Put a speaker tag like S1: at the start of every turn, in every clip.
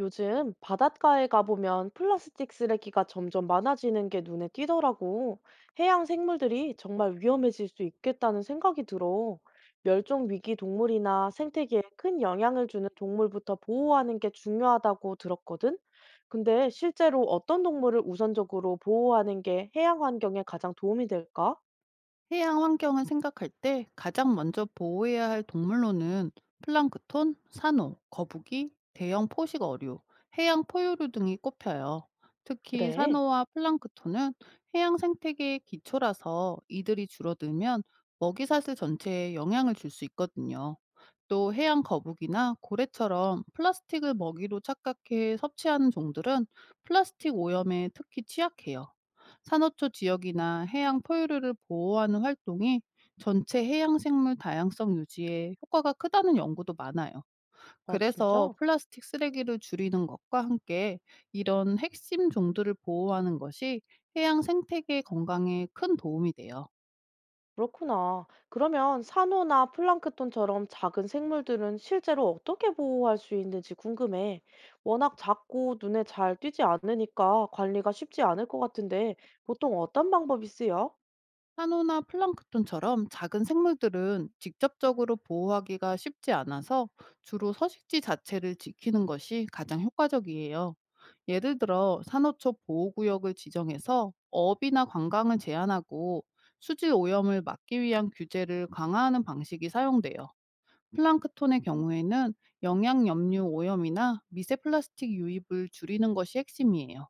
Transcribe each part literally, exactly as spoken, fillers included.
S1: 요즘 바닷가에 가보면 플라스틱 쓰레기가 점점 많아지는 게 눈에 띄더라고. 해양 생물들이 정말 위험해질 수 있겠다는 생각이 들어. 멸종 위기 동물이나 생태계에 큰 영향을 주는 동물부터 보호하는 게 중요하다고 들었거든. 근데 실제로 어떤 동물을 우선적으로 보호하는 게 해양 환경에 가장 도움이 될까?
S2: 해양 환경을 생각할 때 가장 먼저 보호해야 할 동물로는 플랑크톤, 산호, 거북이, 대형 포식 어류, 해양 포유류 등이 꼽혀요. 특히
S1: 그래.
S2: 산호와 플랑크톤은 해양 생태계의 기초라서 이들이 줄어들면 먹이사슬 전체에 영향을 줄 수 있거든요. 또 해양 거북이나 고래처럼 플라스틱을 먹이로 착각해 섭취하는 종들은 플라스틱 오염에 특히 취약해요. 산호초 지역이나 해양 포유류를 보호하는 활동이 전체 해양 생물 다양성 유지에 효과가 크다는 연구도 많아요.
S1: 아,
S2: 그래서
S1: 진짜?
S2: 플라스틱 쓰레기를 줄이는 것과 함께 이런 핵심 종들을 보호하는 것이 해양 생태계 건강에 큰 도움이 돼요.
S1: 그렇구나. 그러면 산호나 플랑크톤처럼 작은 생물들은 실제로 어떻게 보호할 수 있는지 궁금해. 워낙 작고 눈에 잘 띄지 않으니까 관리가 쉽지 않을 것 같은데 보통 어떤 방법이 쓰여?
S2: 산호나 플랑크톤처럼 작은 생물들은 직접적으로 보호하기가 쉽지 않아서 주로 서식지 자체를 지키는 것이 가장 효과적이에요. 예를 들어 산호초 보호구역을 지정해서 어업이나 관광을 제한하고 수질 오염을 막기 위한 규제를 강화하는 방식이 사용돼요. 플랑크톤의 경우에는 영양 염류 오염이나 미세 플라스틱 유입을 줄이는 것이 핵심이에요.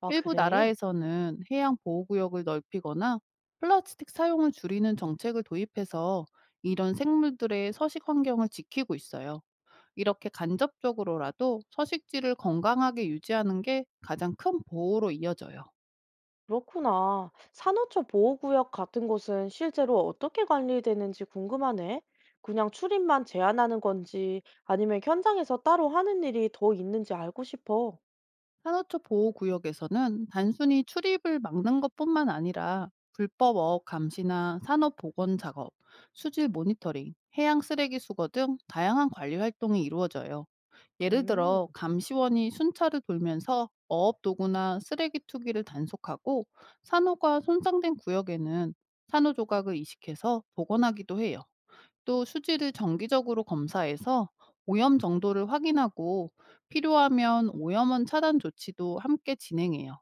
S1: 아,
S2: 일부
S1: 그래?
S2: 나라에서는 해양 보호구역을 넓히거나 플라스틱 사용을 줄이는 정책을 도입해서 이런 생물들의 서식 환경을 지키고 있어요. 이렇게 간접적으로라도 서식지를 건강하게 유지하는 게 가장 큰 보호로 이어져요.
S1: 그렇구나. 산호초 보호구역 같은 곳은 실제로 어떻게 관리되는지 궁금하네. 그냥 출입만 제한하는 건지 아니면 현장에서 따로 하는 일이 더 있는지 알고 싶어.
S2: 산호초 보호구역에서는 단순히 출입을 막는 것뿐만 아니라 불법 어업 감시나 산업 복원 작업, 수질 모니터링, 해양 쓰레기 수거 등 다양한 관리 활동이 이루어져요. 예를
S1: 음,
S2: 들어 감시원이 순찰을 돌면서 어업 도구나 쓰레기 투기를 단속하고, 산호가 손상된 구역에는 산호 조각을 이식해서 복원하기도 해요. 또 수질을 정기적으로 검사해서 오염 정도를 확인하고 필요하면 오염원 차단 조치도 함께 진행해요.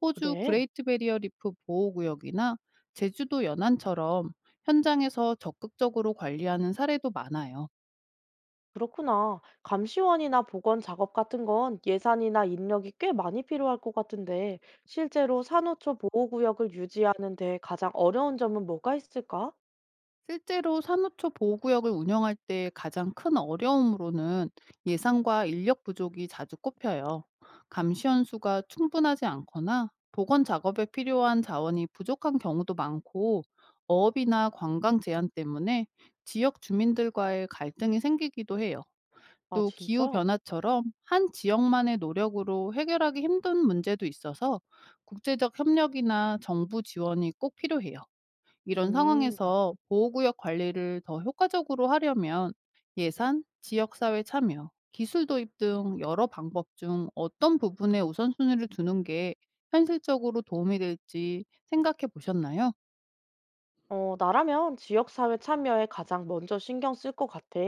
S2: 호주
S1: 그래.
S2: 그레이트 베리어 리프 보호구역이나 제주도 연안처럼 현장에서 적극적으로 관리하는 사례도 많아요.
S1: 그렇구나. 감시원이나 복원 작업 같은 건 예산이나 인력이 꽤 많이 필요할 것 같은데, 실제로 산호초 보호구역을 유지하는 데 가장 어려운 점은 뭐가 있을까?
S2: 실제로 산호초 보호구역을 운영할 때 가장 큰 어려움으로는 예산과 인력 부족이 자주 꼽혀요. 감시원 수가 충분하지 않거나 복원 작업에 필요한 자원이 부족한 경우도 많고, 어업이나 관광 제한 때문에 지역 주민들과의 갈등이 생기기도 해요.
S1: 아,
S2: 또 기후
S1: 진짜?
S2: 변화처럼 한 지역만의 노력으로 해결하기 힘든 문제도 있어서 국제적 협력이나 정부 지원이 꼭 필요해요. 이런
S1: 음.
S2: 상황에서 보호구역 관리를 더 효과적으로 하려면 예산, 지역사회 참여, 기술 도입 등 여러 방법 중 어떤 부분에 우선순위를 두는 게 현실적으로 도움이 될지 생각해 보셨나요?
S1: 어, 나라면 지역사회 참여에 가장 먼저 신경 쓸 것 같아.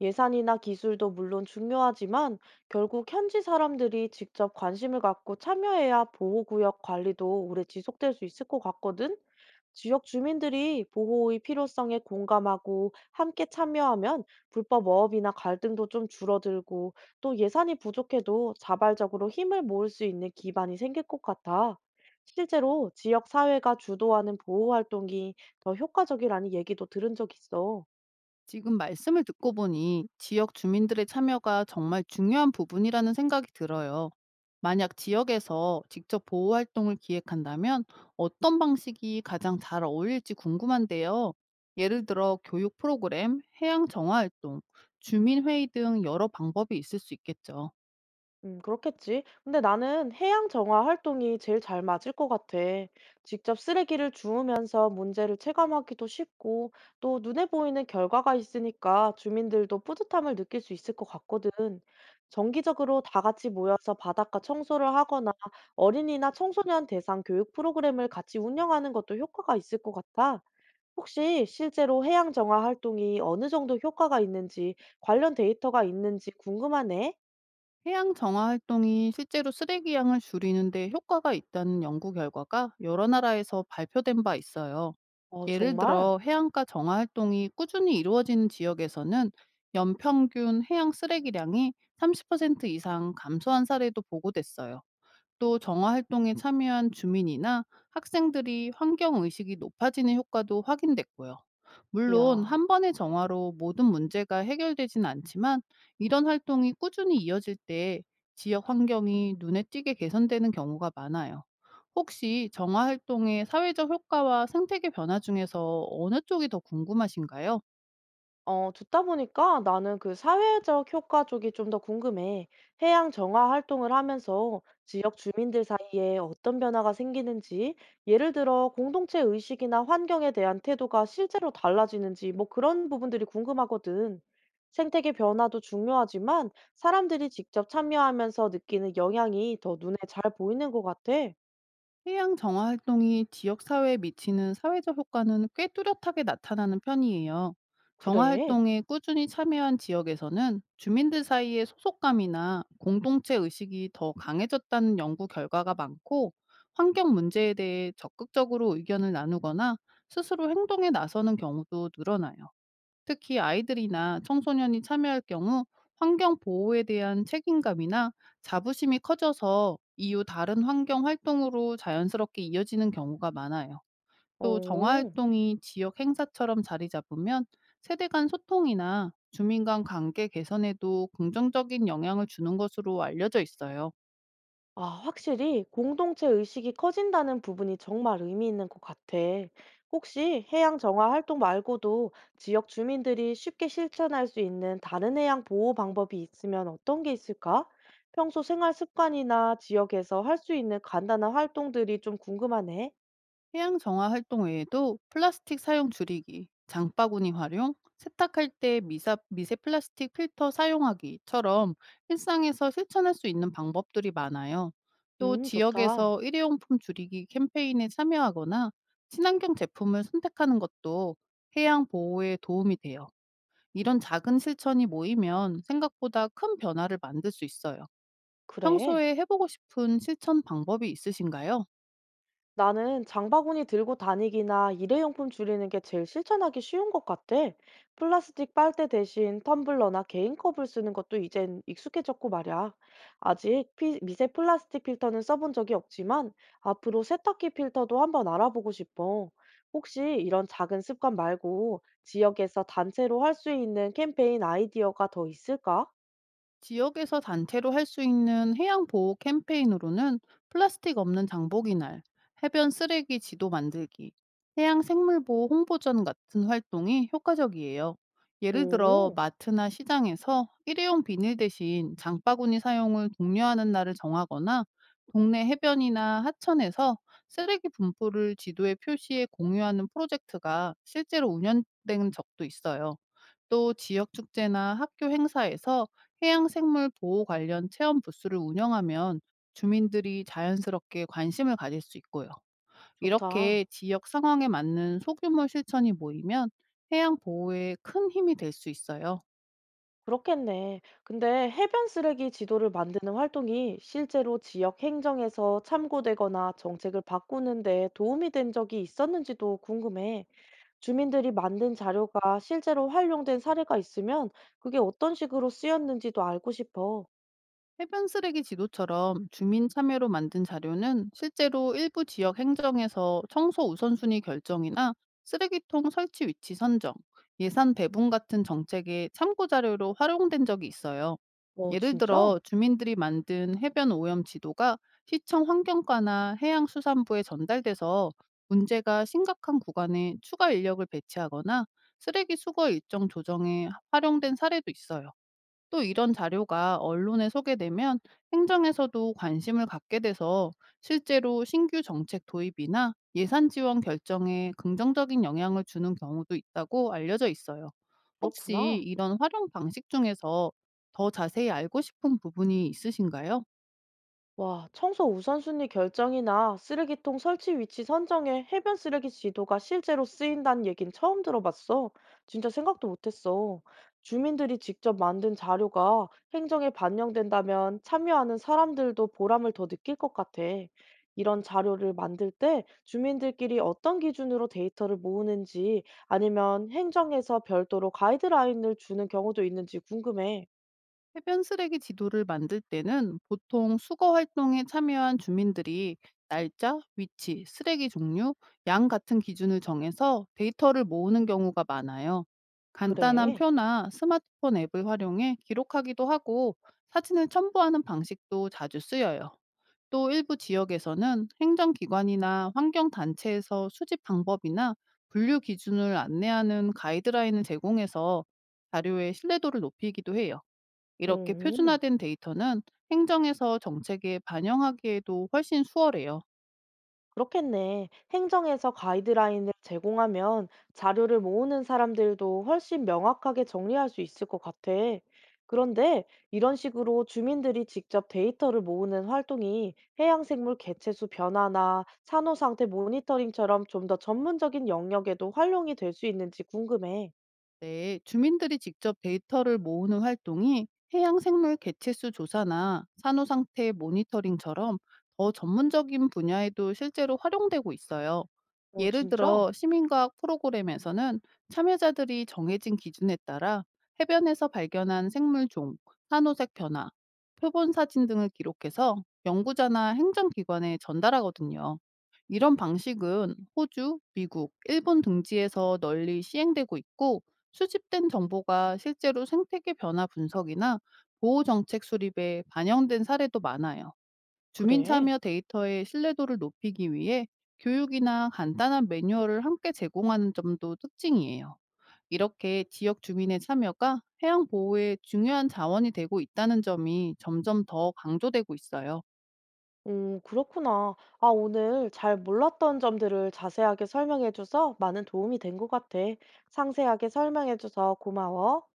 S1: 예산이나 기술도 물론 중요하지만 결국 현지 사람들이 직접 관심을 갖고 참여해야 보호구역 관리도 오래 지속될 수 있을 것 같거든. 지역 주민들이 보호의 필요성에 공감하고 함께 참여하면 불법 어업이나 갈등도 좀 줄어들고 또 예산이 부족해도 자발적으로 힘을 모을 수 있는 기반이 생길 것 같아. 실제로 지역 사회가 주도하는 보호 활동이 더 효과적이라는 얘기도 들은 적 있어.
S2: 지금 말씀을 듣고 보니 지역 주민들의 참여가 정말 중요한 부분이라는 생각이 들어요. 만약 지역에서 직접 보호 활동을 기획한다면 어떤 방식이 가장 잘 어울릴지 궁금한데요. 예를 들어 교육 프로그램, 해양 정화 활동, 주민 회의 등 여러 방법이 있을 수 있겠죠.
S1: 음, 그렇겠지. 근데 나는 해양 정화 활동이 제일 잘 맞을 것 같아. 직접 쓰레기를 주우면서 문제를 체감하기도 쉽고, 또 눈에 보이는 결과가 있으니까 주민들도 뿌듯함을 느낄 수 있을 것 같거든. 정기적으로 다 같이 모여서 바닷가 청소를 하거나 어린이나 청소년 대상 교육 프로그램을 같이 운영하는 것도 효과가 있을 것 같아. 혹시 실제로 해양 정화 활동이 어느 정도 효과가 있는지 관련 데이터가 있는지 궁금하네.
S2: 해양 정화 활동이 실제로 쓰레기 양을 줄이는데 효과가 있다는 연구 결과가 여러 나라에서 발표된 바 있어요.
S1: 어,
S2: 예를
S1: 정말?
S2: 들어 해안가 정화 활동이 꾸준히 이루어지는 지역에서는 연평균 해양 쓰레기량이 삼십 퍼센트 이상 감소한 사례도 보고됐어요. 또 정화 활동에 참여한 주민이나 학생들이 환경 의식이 높아지는 효과도 확인됐고요. 물론
S1: 이야.
S2: 한 번의 정화로 모든 문제가 해결되진 않지만, 이런 활동이 꾸준히 이어질 때 지역 환경이 눈에 띄게 개선되는 경우가 많아요. 혹시 정화 활동의 사회적 효과와 생태계 변화 중에서 어느 쪽이 더 궁금하신가요?
S1: 어, 듣다 보니까 나는 그 사회적 효과 쪽이 좀 더 궁금해. 해양 정화 활동을 하면서 지역 주민들 사이에 어떤 변화가 생기는지, 예를 들어 공동체 의식이나 환경에 대한 태도가 실제로 달라지는지, 뭐 그런 부분들이 궁금하거든. 생태계 변화도 중요하지만 사람들이 직접 참여하면서 느끼는 영향이 더 눈에 잘 보이는 것 같아.
S2: 해양 정화 활동이 지역 사회에 미치는 사회적 효과는 꽤 뚜렷하게 나타나는 편이에요. 정화
S1: 그래.
S2: 활동에 꾸준히 참여한 지역에서는 주민들 사이의 소속감이나 공동체 의식이 더 강해졌다는 연구 결과가 많고, 환경 문제에 대해 적극적으로 의견을 나누거나 스스로 행동에 나서는 경우도 늘어나요. 특히 아이들이나 청소년이 참여할 경우 환경 보호에 대한 책임감이나 자부심이 커져서 이후 다른 환경 활동으로 자연스럽게 이어지는 경우가 많아요. 또 정화
S1: 어.
S2: 활동이 지역 행사처럼 자리 잡으면 세대 간 소통이나 주민 간 관계 개선에도 긍정적인 영향을 주는 것으로 알려져 있어요.
S1: 아, 확실히 공동체 의식이 커진다는 부분이 정말 의미 있는 것 같아. 혹시 해양 정화 활동 말고도 지역 주민들이 쉽게 실천할 수 있는 다른 해양 보호 방법이 있으면 어떤 게 있을까? 평소 생활 습관이나 지역에서 할 수 있는 간단한 활동들이 좀 궁금하네.
S2: 해양 정화 활동 외에도 플라스틱 사용 줄이기, 장바구니 활용, 세탁할 때 미사, 미세 플라스틱 필터 사용하기처럼 일상에서 실천할 수 있는 방법들이 많아요. 또
S1: 음, 좋다.
S2: 지역에서 일회용품 줄이기 캠페인에 참여하거나 친환경 제품을 선택하는 것도 해양 보호에 도움이 돼요. 이런 작은 실천이 모이면 생각보다 큰 변화를 만들 수 있어요.
S1: 그래.
S2: 평소에 해보고 싶은 실천 방법이 있으신가요?
S1: 나는 장바구니 들고 다니기나 일회용품 줄이는 게 제일 실천하기 쉬운 것 같아. 플라스틱 빨대 대신 텀블러나 개인 컵을 쓰는 것도 이젠 익숙해졌고 말이야. 아직 피- 미세 플라스틱 필터는 써본 적이 없지만 앞으로 세탁기 필터도 한번 알아보고 싶어. 혹시 이런 작은 습관 말고 지역에서 단체로 할 수 있는 캠페인 아이디어가 더 있을까?
S2: 지역에서 단체로 할 수 있는 해양 보호 캠페인으로는 플라스틱 없는 장보기 날, 해변 쓰레기 지도 만들기, 해양 생물 보호 홍보전 같은 활동이 효과적이에요. 예를 들어
S1: 오,
S2: 마트나 시장에서 일회용 비닐 대신 장바구니 사용을 독려하는 날을 정하거나 동네 해변이나 하천에서 쓰레기 분포를 지도에 표시해 공유하는 프로젝트가 실제로 운영된 적도 있어요. 또 지역 축제나 학교 행사에서 해양생물 보호 관련 체험 부스를 운영하면 주민들이 자연스럽게 관심을 가질 수 있고요.
S1: 좋다.
S2: 이렇게 지역 상황에 맞는 소규모 실천이 모이면 해양 보호에 큰 힘이 될 수 있어요.
S1: 그렇겠네. 근데 해변 쓰레기 지도를 만드는 활동이 실제로 지역 행정에서 참고되거나 정책을 바꾸는 데 도움이 된 적이 있었는지도 궁금해. 주민들이 만든 자료가 실제로 활용된 사례가 있으면 그게 어떤 식으로 쓰였는지도 알고 싶어.
S2: 해변 쓰레기 지도처럼 주민 참여로 만든 자료는 실제로 일부 지역 행정에서 청소 우선순위 결정이나 쓰레기통 설치 위치 선정, 예산 배분 같은 정책의 참고 자료로 활용된 적이 있어요.
S1: 어,
S2: 예를
S1: 진짜?
S2: 들어 주민들이 만든 해변 오염 지도가 시청 환경과나 해양수산부에 전달돼서 문제가 심각한 구간에 추가 인력을 배치하거나 쓰레기 수거 일정 조정에 활용된 사례도 있어요. 또 이런 자료가 언론에 소개되면 행정에서도 관심을 갖게 돼서 실제로 신규 정책 도입이나 예산 지원 결정에 긍정적인 영향을 주는 경우도 있다고 알려져 있어요. 혹시
S1: 그렇구나.
S2: 이런 활용 방식 중에서 더 자세히 알고 싶은 부분이 있으신가요?
S1: 와, 청소 우선순위 결정이나 쓰레기통 설치 위치 선정에 해변 쓰레기 지도가 실제로 쓰인다는 얘긴 처음 들어봤어. 진짜 생각도 못했어. 주민들이 직접 만든 자료가 행정에 반영된다면 참여하는 사람들도 보람을 더 느낄 것 같아. 이런 자료를 만들 때 주민들끼리 어떤 기준으로 데이터를 모으는지 아니면 행정에서 별도로 가이드라인을 주는 경우도 있는지 궁금해.
S2: 해변 쓰레기 지도를 만들 때는 보통 수거 활동에 참여한 주민들이 날짜, 위치, 쓰레기 종류, 양 같은 기준을 정해서 데이터를 모으는 경우가 많아요. 간단한
S1: 그래.
S2: 표나 스마트폰 앱을 활용해 기록하기도 하고 사진을 첨부하는 방식도 자주 쓰여요. 또 일부 지역에서는 행정기관이나 환경단체에서 수집 방법이나 분류 기준을 안내하는 가이드라인을 제공해서 자료의 신뢰도를 높이기도 해요. 이렇게
S1: 음.
S2: 표준화된 데이터는 행정에서 정책에 반영하기에도 훨씬 수월해요.
S1: 그렇겠네. 행정에서 가이드라인을 제공하면 자료를 모으는 사람들도 훨씬 명확하게 정리할 수 있을 것 같아. 그런데 이런 식으로 주민들이 직접 데이터를 모으는 활동이 해양생물 개체수 변화나 산호 상태 모니터링처럼 좀 더 전문적인 영역에도 활용이 될 수 있는지 궁금해.
S2: 네, 주민들이 직접 데이터를 모으는 활동이 해양 생물 개체수 조사나 산호 상태 모니터링처럼 더 전문적인 분야에도 실제로 활용되고 있어요.
S1: 어,
S2: 예를
S1: 진짜?
S2: 들어 시민과학 프로그램에서는 참여자들이 정해진 기준에 따라 해변에서 발견한 생물 종, 산호색 변화, 표본 사진 등을 기록해서 연구자나 행정기관에 전달하거든요. 이런 방식은 호주, 미국, 일본 등지에서 널리 시행되고 있고, 수집된 정보가 실제로 생태계 변화 분석이나 보호 정책 수립에 반영된 사례도 많아요. 주민
S1: 그래.
S2: 참여 데이터의 신뢰도를 높이기 위해 교육이나 간단한 매뉴얼을 함께 제공하는 점도 특징이에요. 이렇게 지역 주민의 참여가 해양 보호에 중요한 자원이 되고 있다는 점이 점점 더 강조되고 있어요.
S1: 오, 그렇구나. 아, 오늘 잘 몰랐던 점들을 자세하게 설명해줘서 많은 도움이 된 것 같아. 상세하게 설명해줘서 고마워.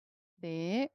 S2: 네.